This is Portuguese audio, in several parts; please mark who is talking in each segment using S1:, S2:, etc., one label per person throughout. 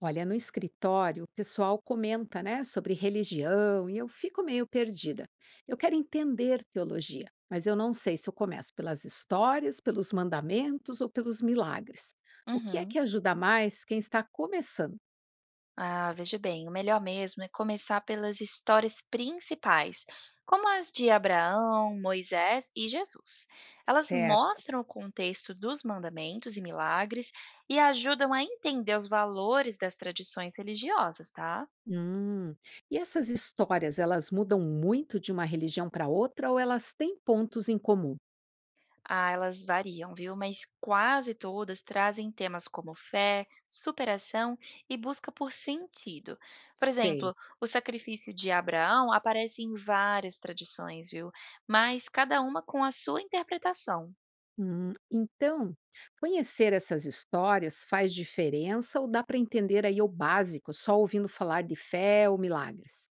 S1: Olha, no escritório, o pessoal comenta, né, sobre religião e eu fico meio perdida. Eu quero entender teologia, mas eu não sei se eu começo pelas histórias, pelos mandamentos ou pelos milagres. O que é que
S2: Uhum.
S1: ajuda mais quem está começando?
S2: Ah, veja bem, o melhor mesmo é começar pelas histórias principais, como as de Abraão, Moisés e Jesus. Elas
S1: Certo.
S2: mostram o contexto dos mandamentos e milagres e ajudam a entender os valores das tradições religiosas, tá?
S1: Hum. E essas histórias, elas mudam muito de uma religião para outra ou elas têm pontos em comum?
S2: Ah, elas variam, viu? Mas quase todas trazem temas como fé, superação e busca por sentido. Por
S1: Sei.
S2: exemplo, o sacrifício de Abraão aparece em várias tradições, viu? Mas cada uma com a sua interpretação.
S1: Então, conhecer essas histórias faz diferença ou dá para entender aí o básico, só ouvindo falar de fé ou milagres?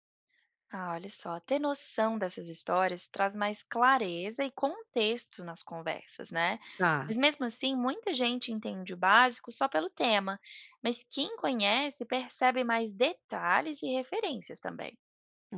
S2: Ah, olha só, ter noção dessas histórias traz mais clareza e contexto nas conversas, né?
S1: Tá.
S2: Mas mesmo assim, muita gente entende o básico só pelo tema, mas quem conhece percebe mais detalhes e referências também.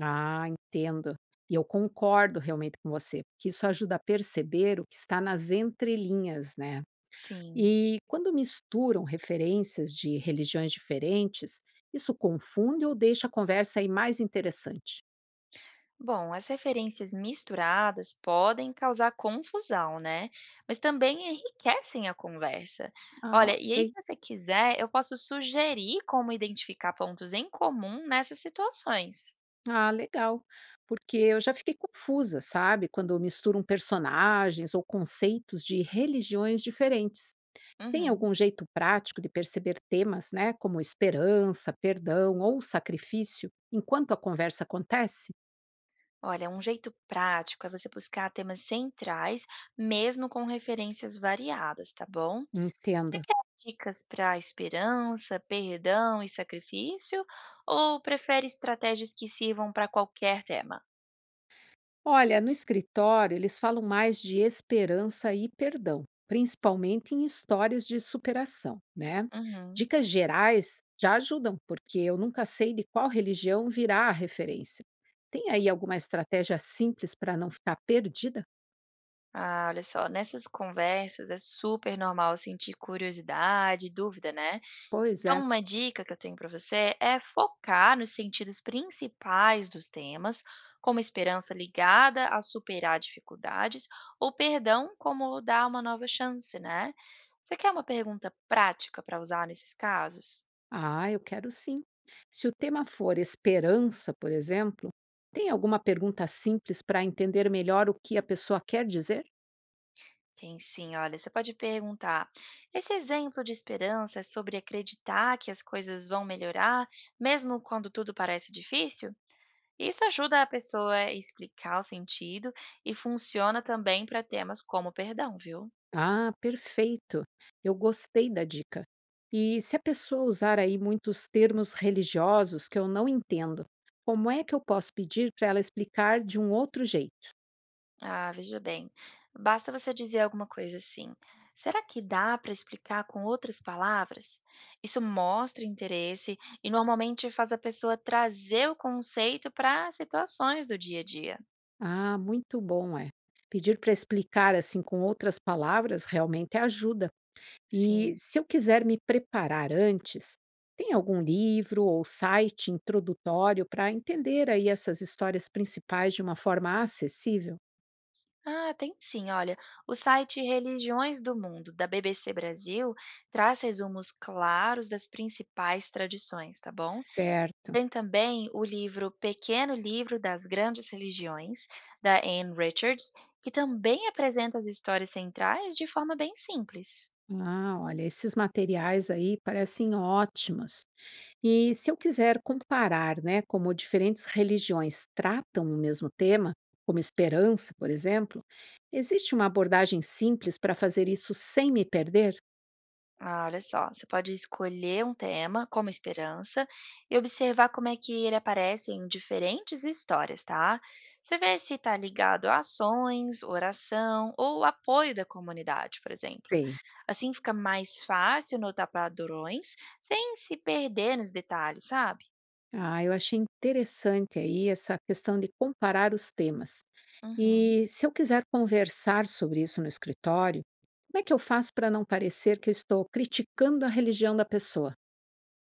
S1: Ah, entendo. E eu concordo realmente com você, porque isso ajuda a perceber o que está nas entrelinhas, né?
S2: Sim.
S1: E quando misturam referências de religiões diferentes, isso confunde ou deixa a conversa aí mais interessante?
S2: Bom, as referências misturadas podem causar confusão, né? Mas também enriquecem a conversa.
S1: Ah,
S2: Olha, e aí,
S1: ok.
S2: se você quiser, eu posso sugerir como identificar pontos em comum nessas situações.
S1: Ah, legal. Porque eu já fiquei confusa, sabe? Quando misturam personagens ou conceitos de religiões diferentes. Tem
S2: Uhum.
S1: algum jeito prático de perceber temas, né? Como esperança, perdão ou sacrifício, enquanto a conversa acontece?
S2: Olha, um jeito prático é você buscar temas centrais, mesmo com referências variadas, tá bom? Você
S1: Entenda.
S2: quer dicas para esperança, perdão e sacrifício? Ou prefere estratégias que sirvam para qualquer tema?
S1: Olha, no escritório eles falam mais de esperança e perdão, principalmente em histórias de superação, né?
S2: Uhum.
S1: Dicas gerais já ajudam, porque eu nunca sei de qual religião virá a referência. Tem aí alguma estratégia simples para não ficar perdida?
S2: Ah, olha só, nessas conversas é super normal sentir curiosidade, e dúvida, né?
S1: Pois
S2: Então,
S1: é.
S2: uma dica que eu tenho para você é focar nos sentidos principais dos temas, como esperança ligada a superar dificuldades, ou perdão como dar uma nova chance, né? Você quer uma pergunta prática para usar nesses casos?
S1: Ah, eu quero sim. Se o tema for esperança, por exemplo, tem alguma pergunta simples para entender melhor o que a pessoa quer dizer?
S2: Tem sim, olha, você pode perguntar: esse exemplo de esperança é sobre acreditar que as coisas vão melhorar, mesmo quando tudo parece difícil? Isso ajuda a pessoa a explicar o sentido e funciona também para temas como perdão, viu?
S1: Ah, perfeito. Eu gostei da dica. E se a pessoa usar aí muitos termos religiosos que eu não entendo, como é que eu posso pedir para ela explicar de um outro jeito?
S2: Ah, veja bem, basta você dizer alguma coisa assim. Será que dá para explicar com outras palavras? Isso mostra interesse e normalmente faz a pessoa trazer o conceito para situações do dia a dia.
S1: Ah, muito bom, é. Pedir para explicar assim com outras palavras realmente ajuda. E
S2: Sim.
S1: se eu quiser me preparar antes, tem algum livro ou site introdutório para entender aí essas histórias principais de uma forma acessível?
S2: Ah, tem sim, olha. O site Religiões do Mundo, da BBC Brasil, traz resumos claros das principais tradições, tá bom? E
S1: Certo.
S2: tem também o livro Pequeno Livro das Grandes Religiões, da Anne Richards, que também apresenta as histórias centrais de forma bem simples.
S1: Ah, olha, esses materiais aí parecem ótimos. E se eu quiser comparar, né, como diferentes religiões tratam o mesmo tema, como esperança, por exemplo, existe uma abordagem simples para fazer isso sem me perder?
S2: Ah, olha só, você pode escolher um tema como esperança e observar como é que ele aparece em diferentes histórias, tá? Você vê se está ligado a ações, oração ou apoio da comunidade, por exemplo.
S1: Sei.
S2: Assim fica mais fácil notar padrões sem se perder nos detalhes, sabe?
S1: Ah, eu achei interessante aí essa questão de comparar os temas.
S2: Uhum.
S1: E se eu quiser conversar sobre isso no escritório, como é que eu faço para não parecer que eu estou criticando a religião da pessoa?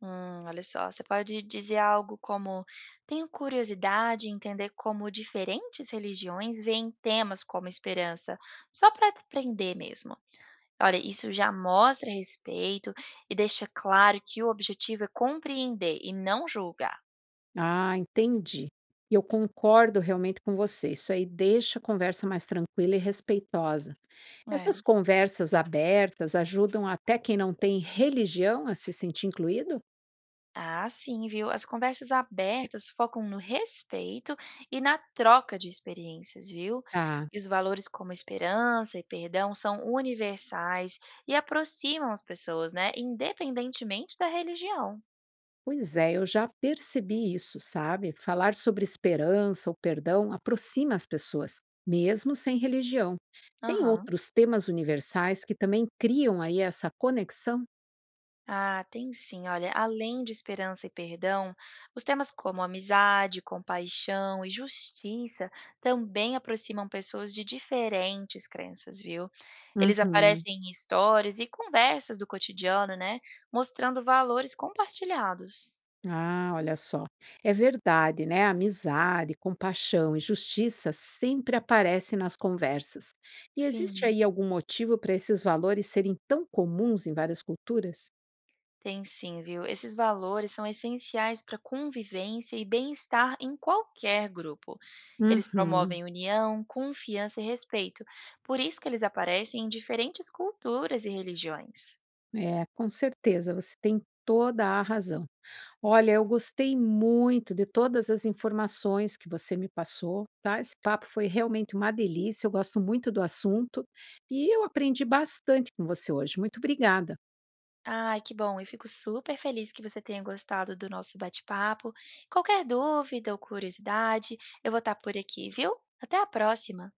S2: Olha só, você pode dizer algo como: Tenho curiosidade em entender como diferentes religiões veem temas como esperança, só para aprender mesmo. Olha, isso já mostra respeito e deixa claro que o objetivo é compreender e não julgar.
S1: Ah, entendi. E eu concordo realmente com você. Isso aí deixa a conversa mais tranquila e respeitosa.
S2: É.
S1: Essas conversas abertas ajudam até quem não tem religião a se sentir incluído?
S2: Ah, sim, viu? As conversas abertas focam no respeito e na troca de experiências, viu?
S1: Ah,
S2: E os valores como esperança e perdão são universais e aproximam as pessoas, né? Independentemente da religião.
S1: pois é, eu já percebi isso, sabe? Falar sobre esperança ou perdão aproxima as pessoas, mesmo sem religião. Tem
S2: Aham.
S1: outros temas universais que também criam aí essa conexão?
S2: Ah, tem sim. Olha, além de esperança e perdão, os temas como amizade, compaixão e justiça também aproximam pessoas de diferentes crenças, viu? Eles
S1: Uhum.
S2: aparecem em histórias e conversas do cotidiano, né? Mostrando valores compartilhados.
S1: Ah, olha só. É verdade, né? Amizade, compaixão e justiça sempre aparecem nas conversas. E existe
S2: Sim.
S1: aí algum motivo para esses valores serem tão comuns em várias culturas?
S2: Tem sim, viu? Esses valores são essenciais para convivência e bem-estar em qualquer grupo. Eles
S1: Uhum.
S2: promovem união, confiança e respeito. Por isso que eles aparecem em diferentes culturas e religiões.
S1: É, com certeza, você tem toda a razão. Olha, eu gostei muito de todas as informações que você me passou, tá? Esse papo foi realmente uma delícia, eu gosto muito do assunto e eu aprendi bastante com você hoje. Muito obrigada.
S2: Ai, que bom! Eu fico super feliz que você tenha gostado do nosso bate-papo. Qualquer dúvida ou curiosidade, eu vou estar por aqui, viu? Até a próxima!